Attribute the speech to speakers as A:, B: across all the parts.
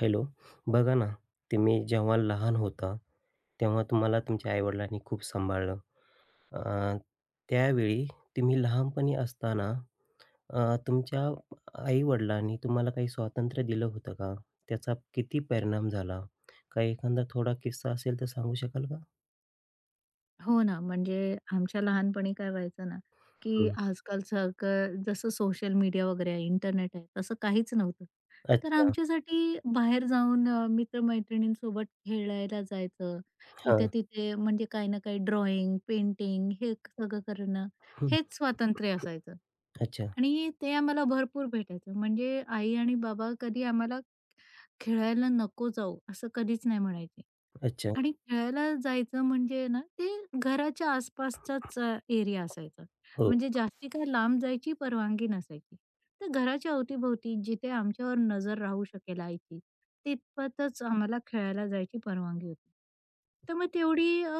A: Hello. बघा ना, तुम्ही जेव्हा लहान होता, तेव्हा तुम्हाला तुमच्या आई-वडिलांनी खूप सांभाळलं. अ, त्यावेळी तुम्ही लहानपणी असताना तुमच्या आई तुम्हाला काही स्वातंत्र्य दिलं होतं का? त्याचा किती परिणाम झाला? काही एखादा थोडा किस्सा असेल तर सांगू शकाल का?
B: हो ना, म्हणजे आमच्या लहानपणी काय व्हायचं ना, की
A: हं.
B: आजकाल सगळं जसं सोशल मीडिया वगैरे आहे, इंटरनेट आहे, तसं काहीच नव्हतं. तर
A: अच्छा.
B: आमच्यासाठी बाहेर जाऊन मित्र-मैत्रिणींसोबत खेळायला जायचं.
A: हां.
B: इथे-तिथे म्हणजे काही ना काही ड्रॉइंग, पेंटिंग हे सगळं करणं,
A: हं.
B: हेच स्वातंत्र्य असायचं
A: अच्छा,
B: आणि ते आम्हाला भरपूर भेटायचं. म्हणजे आई आणि बाबा कधी आम्हाला खेळायला नको जाऊ, असं कधीच नाही म्हणायचे.
A: अच्छा.
B: आणि खेळायला जायचं म्हणजे ना, ते घराच्या आसपासचाच एरिया असायचा.
A: हो,
B: म्हणजे जास्ती काय लांब जायची परवानगी नसायची. तर घराच्या अवतीभोवती जिथे आमच्यावर नजर राहू शकेल आईची, तितपतच आम्हाला खेळायला जायची परवानगी होती. तर मग तेवढी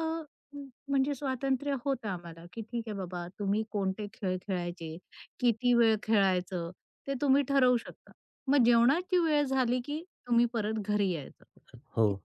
B: म्हणजे स्वातंत्र्य होतं आम्हाला, की ठीक आहे बाबा, तुम्ही कोणते खेळ खेळायचे, किती वेळ खेळायचं, ते तुम्ही ठरवू शकता. मग जेवणाची वेळ झाली, की तुम्ही परत घरी यायचं.
A: हो.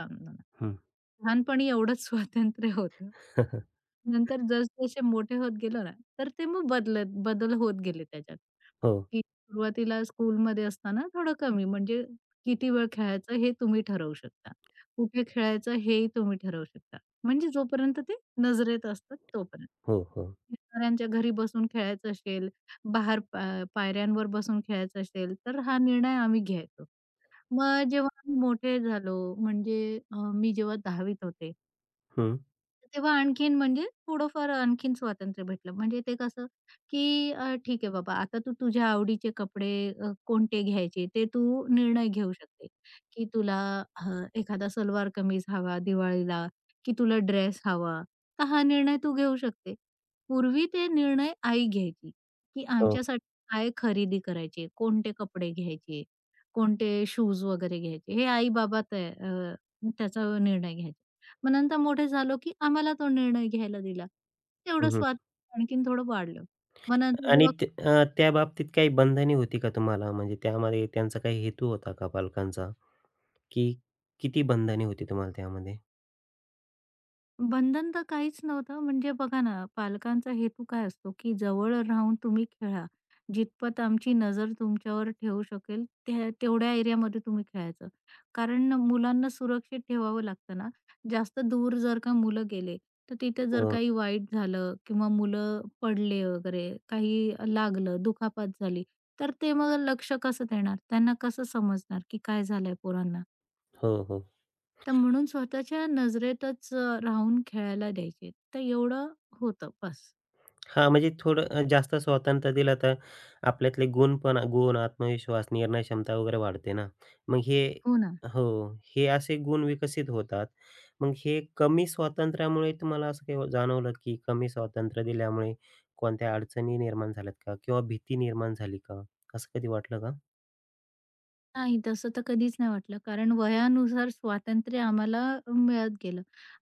B: इतकं काम.
A: हं.
B: लहानपणी एवढंच स्वातंत्र्य होतं. हं. नंतर जसजसे मोठे होत गेलो ना, तर ते मग बदल होत गेले त्याच्यात,
A: हो,
B: की सुरुवातीला स्कूलमध्ये असताना थोडं कमी म्हणजे किती वेळ खेळायचं हे तुम्ही ठरवू शकता. कुठे खेळायचं हेही तुम्ही ठरवू शकता. म्हणजे जोपर्यंत ते नजरेत असतात तोपर्यंत.
A: हो, हो.
B: शेजाऱ्यांच्या घरी बसून खेळायचं असेल, बाहेर पायऱ्यांवर बसून खेळायचं असेल, तर हा निर्णय आम्ही घ्यायचो. मग जेव्हा आम्ही मोठे झालो म्हणजे मी जेव्हा 10वीत होते,
A: हं.
B: तेव्हा आणखीन म्हणजे थोडंफार आणखीन स्वातंत्र्य भेटलं. म्हणजे ते कसं, की ठीक आहे बाबा आता तू तुझ्या आवडीचे कपडे कोणते घ्यायचे ते तू निर्णय घेऊ शकते, की तुला अ, एखादा सलवार कमीज हवा दिवाळीला, की तुला ड्रेस हवा. तर हा निर्णय तू घेऊ शकते. पूर्वी ते निर्णय आई घ्यायची, की
A: हो.
B: आमच्यासाठी काय खरेदी करायची, कोणते कपडे घ्यायचे, कोणते शूज वगैरे घ्यायचे. हे आई-बाबा त्याचा निर्णय घ्यायचा. मग नंतर मोठे झालो, की आम्हाला तो निर्णय घ्यायला दिला. तेवढं
A: हं, हं.
B: स्वातंत्र्य आणखीन थोडं वाढलं. मग नंतर
A: आणि
B: जेव्हा
A: ते त्या बाबतीत काही बंधने होती का तुम्हाला? म्हणजे त्यामध्ये त्यांचा काही हेतू होता का पालकांचा? की किती बंधने होती तुम्हाला त्यामध्ये?
B: बंधन तर काहीच नव्हतं. म्हणजे बघा ना, पालकांचा हेतू काय असतो, की जवळ राहून तुम्ही खेळा. जितपत आमची नजर तुमच्यावर ठेवू शकेल, त्या तेवढ्या एरियामध्ये तुम्ही खेळायचं. कारण मुलांना सुरक्षित ठेवावं लागतं ना. जास्त दूर जर का मुलं गेले, तर तिथे जर
A: हो,
B: काही वाईट झालं किंवा मुलं पडले वगैरे, काही लागलं, दुखापत झाली, तर ते मग लक्ष कसं देणार? त्यांना कसं समजणार, की काय झालंय पोरांना?
A: हो, हो.
B: तर म्हणून स्वतःच्या नजरेतच राहून खेळायला द्यायचे. तर एवढं होतं बस.
A: हां, म्हणजे थोडं जास्त स्वातंत्र्य दिलं तर आपल्यातले गुण, आत्मविश्वास, निर्णय क्षमता वगैरे वाढते ना. मग हे
B: हो ना.
A: हो, हे असे गुण विकसित होतात. मग हे कमी स्वातंत्र्यामुळे तुम्हाला असं काही जाणवलं की कमी स्वातंत्र्य दिल्यामुळे कोणत्या अडचणी निर्माण झाल्यात का? किंवा भीती निर्माण झाली का? असं कधी वाटलं का?
B: नाही, तसं तर कधीच नाही वाटलं. कारण वयानुसार स्वातंत्र्य आम्हाला मिळत गेलं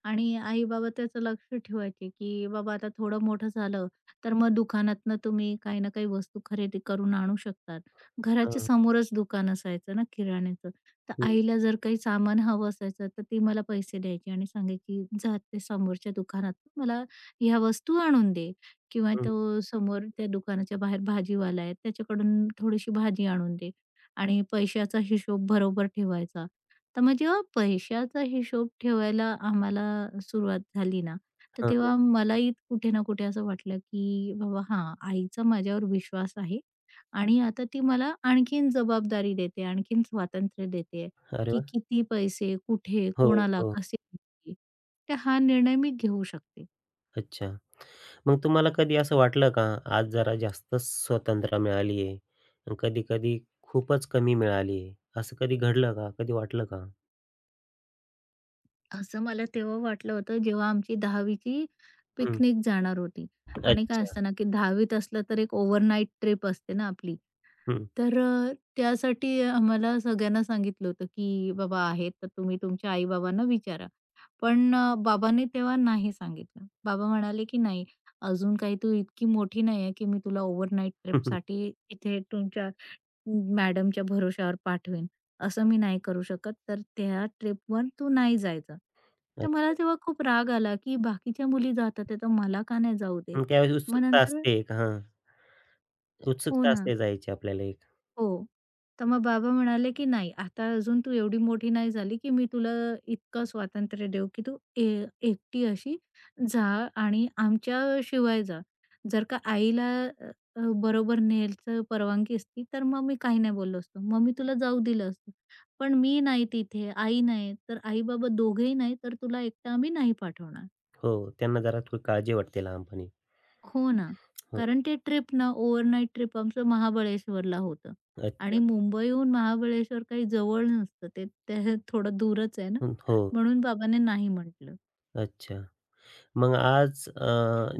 B: आणि आई-बाबा त्याचं लक्ष ठेवायचे, की बाबा आता थोडं मोठं झालं, तर मग दुकानातनं तुम्ही काही ना काही वस्तू खरेदी करून आणू शकतात. घराच्या समोरच दुकान असायचं ना किराण्याचं. तर
A: हं,
B: आईला जर काही सामान हवं असायचं, तर ती मला पैसे द्यायची आणि सांगायची, "जा ते समोरच्या दुकानात मला ह्या वस्तू आणून दे." किंवा
A: हं.
B: तो समोर त्या दुकानाच्या बाहेर भाजीवाला आहे, त्याच्याकडून थोडीशी भाजी आणून दे. आणि पैशाचा हिशोब बरोबर ठेवायचा. तर मग जेव्हा पैशाचा हिशोब ठेवायला आम्हाला सुरुवात झाली ना, तर
A: हां, हां.
B: तेव्हा मलाही कुठे ना कुठे असं वाटलं, की बाबा हां, आईचा माझ्यावर विश्वास आहे आणि आता ती मला आणखीन जबाबदारी देते, आणखीन स्वातंत्र्य देते,
A: अरे
B: की
A: वाह!
B: किती पैसे, कुठे,
A: हो,
B: कोणाला,
A: हो.
B: कसे द्यायचे. तर हा निर्णय मी घेऊ शकते.
A: अच्छा. मग तुम्हाला कधी असं वाटलं का, आज जरा जास्तच स्वतंत्रता मिळाली आहे आणि कधी-कधी खूपच कमी मिळाली आहे, असं कधी घडलं का? कधी वाटलं का?
B: असं मला तेव्हा वाटलं होतं जेव्हा आमची 10वी ची
A: हं.
B: पिकनिक जाणार होती आणि काय
A: अच्छा.
B: असतं ना, की 10वी असलं तर एक ओव्हरनाईट ट्रिप असते ना आपली.
A: हं,
B: तर त्यासाठी आम्हाला सगळ्यांना सांगितलं होतं, की "बाबा आहेत तर तुम्ही तुमच्या आई-बाबांना विचारा." पण बाबांनी तेव्हा नाही सांगितलं. बाबा म्हणाले, की "नाही, अजून काही तू इतकी मोठी नाही आहे, की मी तुला ओव्हरनाईट
A: हं, हं.
B: ट्रिपसाठी इथे तुमच्या मॅडमच्या भरोश्यावर पाठवेन, असं मी नाही करू शकत, तर त्या ट्रिपवर तू नाही जायचं. तर
A: अच्छा.
B: मला तेव्हा खूप राग आला, की बाकीच्या मुली जातात आहे, तर मला का नाही जाऊ देत?
A: मग त्यावेळेस
B: मग
A: उत्सुकता
B: नंतर
A: असते एक हां.
B: हो
A: उत्सुकता
B: ना.
A: असते जायची आपल्याला एक.
B: हो. तर मग बाबा म्हणाले, की "नाही, आता अजून तू एवढी मोठी नाही झाली, की मी तुला इतकं स्वातंत्र्य देऊ, की तू एकटी अशी जा आणि आमच्या शिवाय जा. जर का आईला अ, अ, बरोबर न्यायचं परवानगी असती, तर मग मी काही नाही बोललो असतो. मग मी तुला जाऊ दिलं असतं. पण मी नाही तिथे, आई नाही, तर आई-बाबा दोघेही नाही, तर तुला एकटं आम्ही नाही पाठवणार."
A: हो, त्यांना जरा थोडी काळजी वाटते लहानपणी.
B: हो ना.
A: हो.
B: कारण ते ट्रिप ना ओव्हरनाईट ट्रिप आमचं महाबळेश्वरला होतं
A: अच्छा.
B: आणि मुंबईहून महाबळेश्वर काही जवळ नसतं. ते ते थोडं दूरच आहे ना,
A: हं, हो.
B: म्हणून बाबांनी नाही म्हटलं.
A: अच्छा. मग आज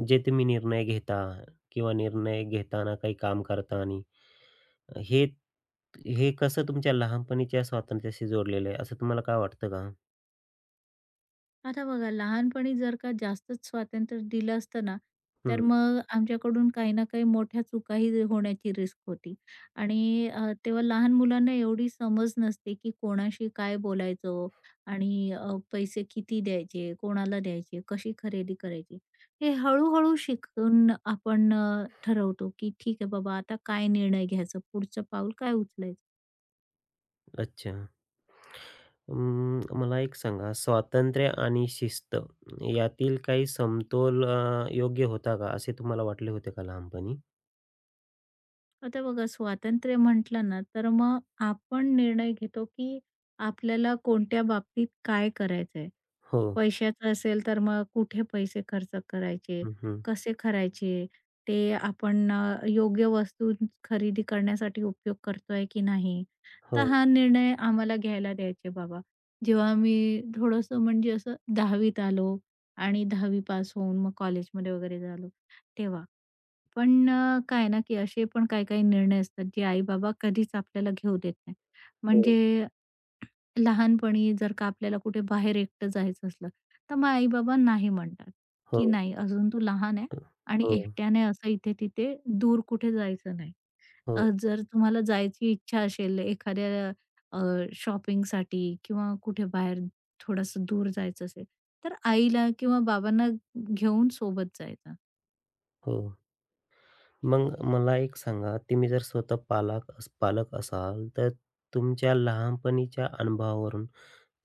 A: जे तुम्ही निर्णय घेता किंवा निर्णय घेताना काही काम करताना हे हे कसं तुमच्या लहानपणीच्या स्वातंत्र्याशी जोडलेलं आहे, असं तुम्हाला काय वाटतं का?
B: आता बघा, लहानपणी जर का जास्तच स्वातंत्र्य दिलं असतं ना, तर
A: हं,
B: हं. मग आमच्याकडून काही ना काही मोठ्या चुकाही होण्याची रिस्क होती आणि तेव्हा लहान मुलांना एवढी समज नसते, की कोणाशी काय बोलायचं आणि पैसे किती द्यायचे, कोणाला द्यायचे, कशी खरेदी करायची. हे हळू शिकून आपण ठरवतो, की ठीक आहे बाबा, आता काय निर्णय घ्यायचा, पुढचं पाऊल काय उचलायचं.
A: अच्छा. अं, मला एक सांगा स्वातंत्र्य आणि शिस्त यातील काही समतोल योग्य होता का? असे तुम्हाला वाटले होते का लहानपणी?
B: आता बघा स्वातंत्र्य म्हटलं ना, तर मग आपण निर्णय घेतो, की आपल्याला कोणत्या बाबतीत काय करायचंय.
A: हो.
B: पैशाचं असेल तर मग कुठे पैसे खर्च करायचे,
A: हं, हं.
B: कसे करायचे, ते आपण योग्य वस्तू खरेदी करण्यासाठी उपयोग करतोय की नाही.
A: हो,
B: तर हा निर्णय आम्हाला घ्यायला द्यायचे बाबा. जेव्हा मी थोडंसं म्हणजे असं 10वीत आलो आणि 10वी पास होऊन मग कॉलेजमध्ये वगैरे झालो, तेव्हा. पण काय ना, की असे पण काही-काही निर्णय असतात, जे आई-बाबा कधीच आपल्याला घेऊ देत नाही.
A: हो,
B: म्हणजे लहानपणी जर का आपल्याला कुठे बाहेर एकटं जायचं असलं, तर मग आई-बाबा नाही म्हणतात,
A: हो.
B: की "नाही, अजून तू लहान आहे आणि
A: हो, हो,
B: एकट्याने असं इथे-तिथे दूर कुठे जायचं नाही.
A: हो,
B: जर तुम्हाला जायची इच्छा असेल एखाद्या शॉपिंगसाठी किंवा कुठे बाहेर थोडंसं दूर जायचं असेल, तर आईला किंवा बाबांना घेऊन सोबत जायचं."
A: हो. मग मला एक सांगा, तुम्ही जर स्वतः पालक असाल, तर तुमच्या लहानपणीच्या अनुभवावरून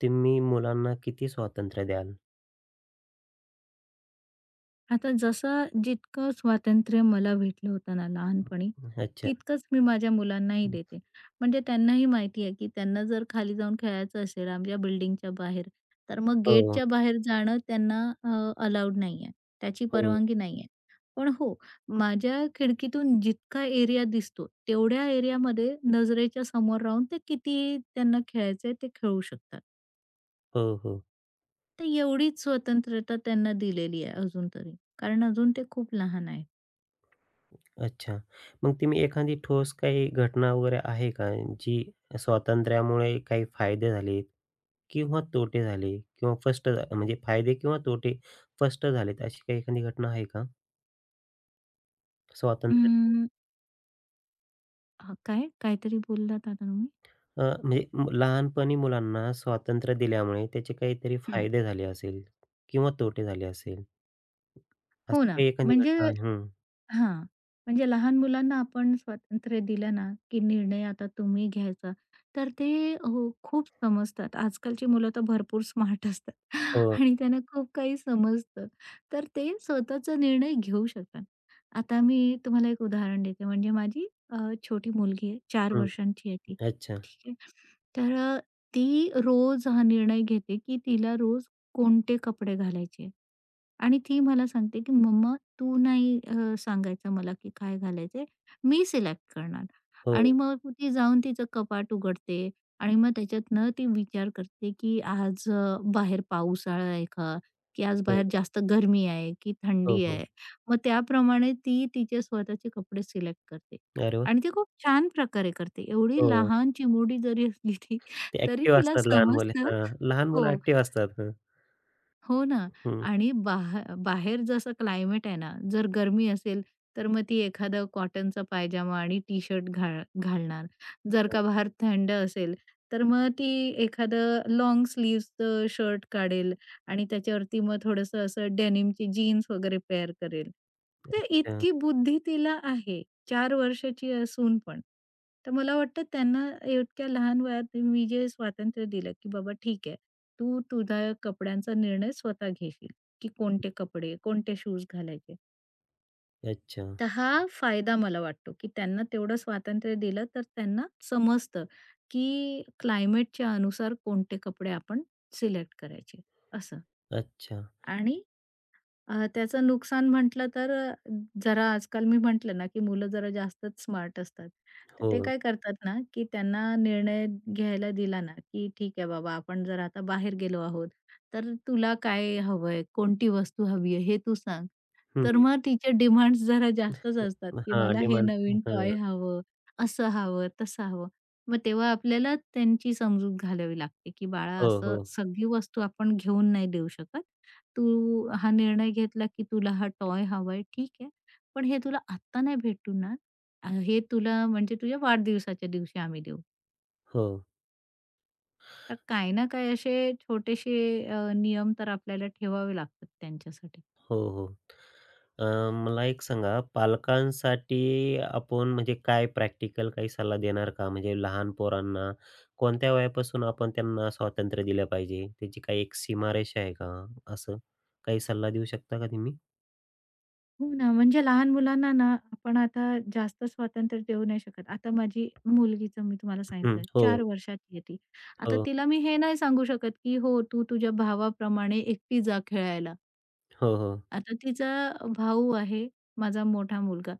A: तुम्ही मुलांना किती स्वातंत्र्य द्याल?
B: आता जसं जितकं स्वातंत्र्य मला भेटलं होतं ना लहानपणी,
A: अच्छा.
B: तितकंच मी माझ्या मुलांनाही देते. म्हणजे त्यांनाही माहिती आहे, की त्यांना जर खाली जाऊन खेळायचं असेल आमच्या बिल्डिंगच्या बाहेर, तर मग
A: हो,
B: गेटच्या बाहेर जाणं त्यांना अलाउड नाही आहे. त्याची
A: हो,
B: परवानगी नाही आहे. पण हो, माझ्या खिडकीतून जितका एरिया दिसतो, तेवढ्या एरियामध्ये नजरेच्या समोर राहून ते कितीही त्यांना खेळायचंय ते खेळू शकतात.
A: हो, हो.
B: तर एवढीच स्वतंत्रता त्यांना दिलेली आहे अजून तरी. कारण अजून ते खूप लहान आहेत.
A: अच्छा. मग तुम्ही एखादी ठोस काही घटना वगैरे आहे का, जी स्वातंत्र्यामुळे काही फायदे झालेत किंवा तोटे झाले किंवा फस्ट म्हणजे फायदे किंवा तोटे फस्ट झालेत, अशी काही एखादी घटना आहे का? स्वातंत्र्य
B: अं, हा, काय? काहीतरी बोललात आता तुम्ही?
A: म्हणजे लहानपणी मुलांना स्वातंत्र्य दिल्यामुळे त्याचे काहीतरी
B: हं.
A: फायदे झाले असेल किंवा तोटे झाले असेल,
B: हो
A: अशी
B: ना.
A: काही एखादी
B: म्हणजे
A: घटना आहे? हं.
B: हां. म्हणजे लहान मुलांना आपण स्वातंत्र्य दिलं ना, की निर्णय आता तुम्ही घ्यायचा, तर ते हो, खूप समजतात. आजकालची मुलं तर भरपूर स्मार्ट असतात
A: हो.
B: आणि त्यांना खूप काही समजतं. तर ते स्वतःचा निर्णय घेऊ शकतात. आता मी तुम्हाला एक उदाहरण देते. म्हणजे माझी छोटी मुलगी आहे, 4
A: हं.
B: वर्षांची आहे ती.
A: अच्छा.
B: करायचे. तर ती रोज हा निर्णय घेते की तिला रोज कोणते कपडे घालायचे. आणि ती मला सांगते, की "मम्मा तू नाही सांगायचं मला की काय घालायचंय, मी सिलेक्ट करणार." आणि
A: हो,
B: मग ती जाऊन तिचं कपाट उघडते आणि मग त्याच्यातनं ती विचार करते, की आज बाहेर पावसाळा आहे का? की आज
A: हो,
B: बाहेर जास्त गरमी आहे की
A: हो,
B: थंडी
A: हो.
B: आहे? मग त्याप्रमाणे ती तिचे स्वतःचे कपडे सिलेक्ट करते
A: अरे वाह!
B: आणि ती खूप छान प्रकारे करते. एवढी
A: हो.
B: लहान चिमुरडी जरी असली ती,
A: ते
B: तरी
A: ॲक्टिव्ह
B: तिला
A: असतात लहान मुले.
B: समजतं
A: हां, लहान मुलं
B: हो.
A: ॲक्टिव्ह असतात. हं.
B: हो ना.
A: हं.
B: आणि बाहेर जसं क्लायमेट आहे ना, जर गरमी असेल, तर मग ती एखादा कॉटनचा पायजामा आणि टी-शर्ट घालणार. जर का बाहेर थंड असेल, तर मग ती एखादं लाँग स्लीव्हजचं शर्ट काढेल आणि त्याच्यावरती मग थोडंसं असं डेनिमची जीन्स वगैरे पेअर करेल. तर
A: अच्छा,
B: इतकी बुद्धी तिला आहे. 4 वर्षाची असून पण. तर मला वाटतं त्यांना इतक्या लहान वयात मी जे स्वातंत्र्य दिलं, की बाबा ठीक आहे, तू तुझ्या कपड्यांचा निर्णय स्वतः घेशील, की कोणते कपडे, कोणते शूज घालायचे.
A: अच्छा,
B: तर हा फायदा मला वाटतो, की त्यांना तेवढं स्वातंत्र्य दिलं तर त्यांना समजतं, की क्लायमेटच्या अनुसार कोणते कपडे आपण सिलेक्ट करायचे असं.
A: अच्छा.
B: आणि त्याचं नुकसान म्हटलं तर जरा आजकाल मी म्हटलं ना, की मुलं जरा जास्तच स्मार्ट असतात. तर ते
A: हो.
B: काय करतात ना, की त्यांना निर्णय घ्यायला दिला ना, की "ठीक आहे बाबा, आपण जर आता बाहेर गेलो आहोत, तर तुला काय हवंय? कोणती वस्तू हवी आहे? हे तू सांग."
A: हं.
B: तर मग तिचे डिमांड्स जरा जास्तच असतात, की
A: हां,
B: "मला हे
A: डिमांड.
B: नवीन
A: हां.
B: टॉय हवं, असं हवं, तसं हवं." मग तेव्हा आपल्याला त्यांची समजूत घालावी लागते, की "बाळा,
A: हो,
B: असं
A: हो,
B: सगळी वस्तू आपण घेऊन नाही देऊ शकत. तू हा निर्णय घेतला की तुला हा टॉय हवाय, ठीक आहे. पण हे तुला आत्ता नाही भेटणार. हे तुला म्हणजे तुझ्या वाढदिवसाच्या दिवशी आम्ही देऊ.
A: हो.
B: तर काही ना काही असे छोटेसे नियम तर आपल्याला ठेवावे लागतात त्यांच्यासाठी.
A: हो, हो. अ, मला एक सांगा, पालकांसाठी आपण म्हणजे काय प्रॅक्टिकल काही सल्ला देणार का? म्हणजे लहान पोरांना कोणत्या वयापासून आपण त्यांना स्वातंत्र्य दिलं पाहिजे? त्याची काही एक सीमारेषा आहे का? असं काही सल्ला देऊ शकता का तुम्ही?
B: हो ना, म्हणजे लहान मुलांना ना आपण आता जास्त स्वातंत्र्य देऊ नाही शकत. आता माझी मुलगीचं मी तुम्हाला
A: हं,
B: सांगितलं 4
A: हो,
B: वर्षाची आहे ती. आता
A: हो,
B: तिला मी हे नाही सांगू शकत, की "हो, तू तुझ्या भावाप्रमाणे एकटी जा खेळायला."
A: हो, हो,
B: आता तिचा भाऊ आहे, माझा मोठा मुलगा.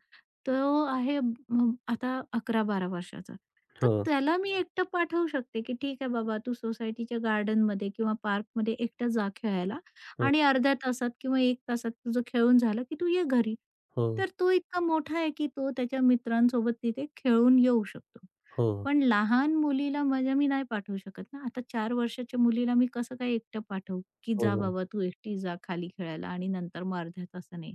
B: तो आहे आता 11 12 वर्षाचा. तर
A: हो,
B: त्याला मी एकटं पाठवू शकते, की "ठीक आहे बाबा, तू सोसायटीच्या गार्डनमध्ये किंवा पार्कमध्ये एकटा जा खेळायला
A: हो,
B: आणि अर्ध्या तासात किंवा 1 तासात तुझं खेळून झालं, की तू ये घरी."
A: हो,
B: तर तो इतका मोठा आहे, की तो त्याच्या मित्रांसोबत तिथे खेळून येऊ शकतो.
A: हो,
B: पण लहान मुलीला म्हणजे मी नाही पाठवू शकत ना. आता 4 वर्षाच्या मुलीला मी कसं काय एकटं पाठवू, की "जा
A: हो,
B: बाबा तू एकटी जा खाली खेळायला आणि नंतर मग अर्ध्या तासाने."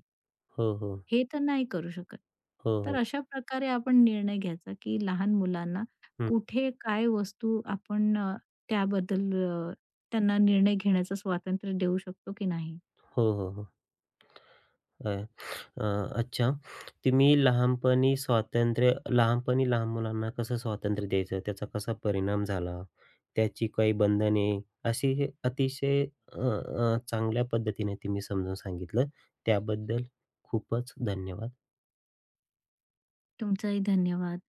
A: हो, हो, हो,
B: हे तर नाही करू शकत.
A: हो,
B: तर
A: हो,
B: अशा प्रकारे आपण निर्णय घ्यायचा, की लहान मुलांना कुठे काय वस्तू आपण त्याबद्दल त्यांना निर्णय घेण्याचं स्वातंत्र्य देऊ शकतो की नाही.
A: हो, हो, हो. अ, अ, अच्छा. तुम्ही लहानपणी लहान मुलांना कसं स्वातंत्र्य द्यायचं? त्याचा कसा परिणाम झाला? त्याची काही बंधने अशी हे अतिशय अ, अ, चांगल्या पद्धतीने तुम्ही समजून सांगितलं. त्याबद्दल खूपच धन्यवाद.
B: तुमचाही धन्यवाद.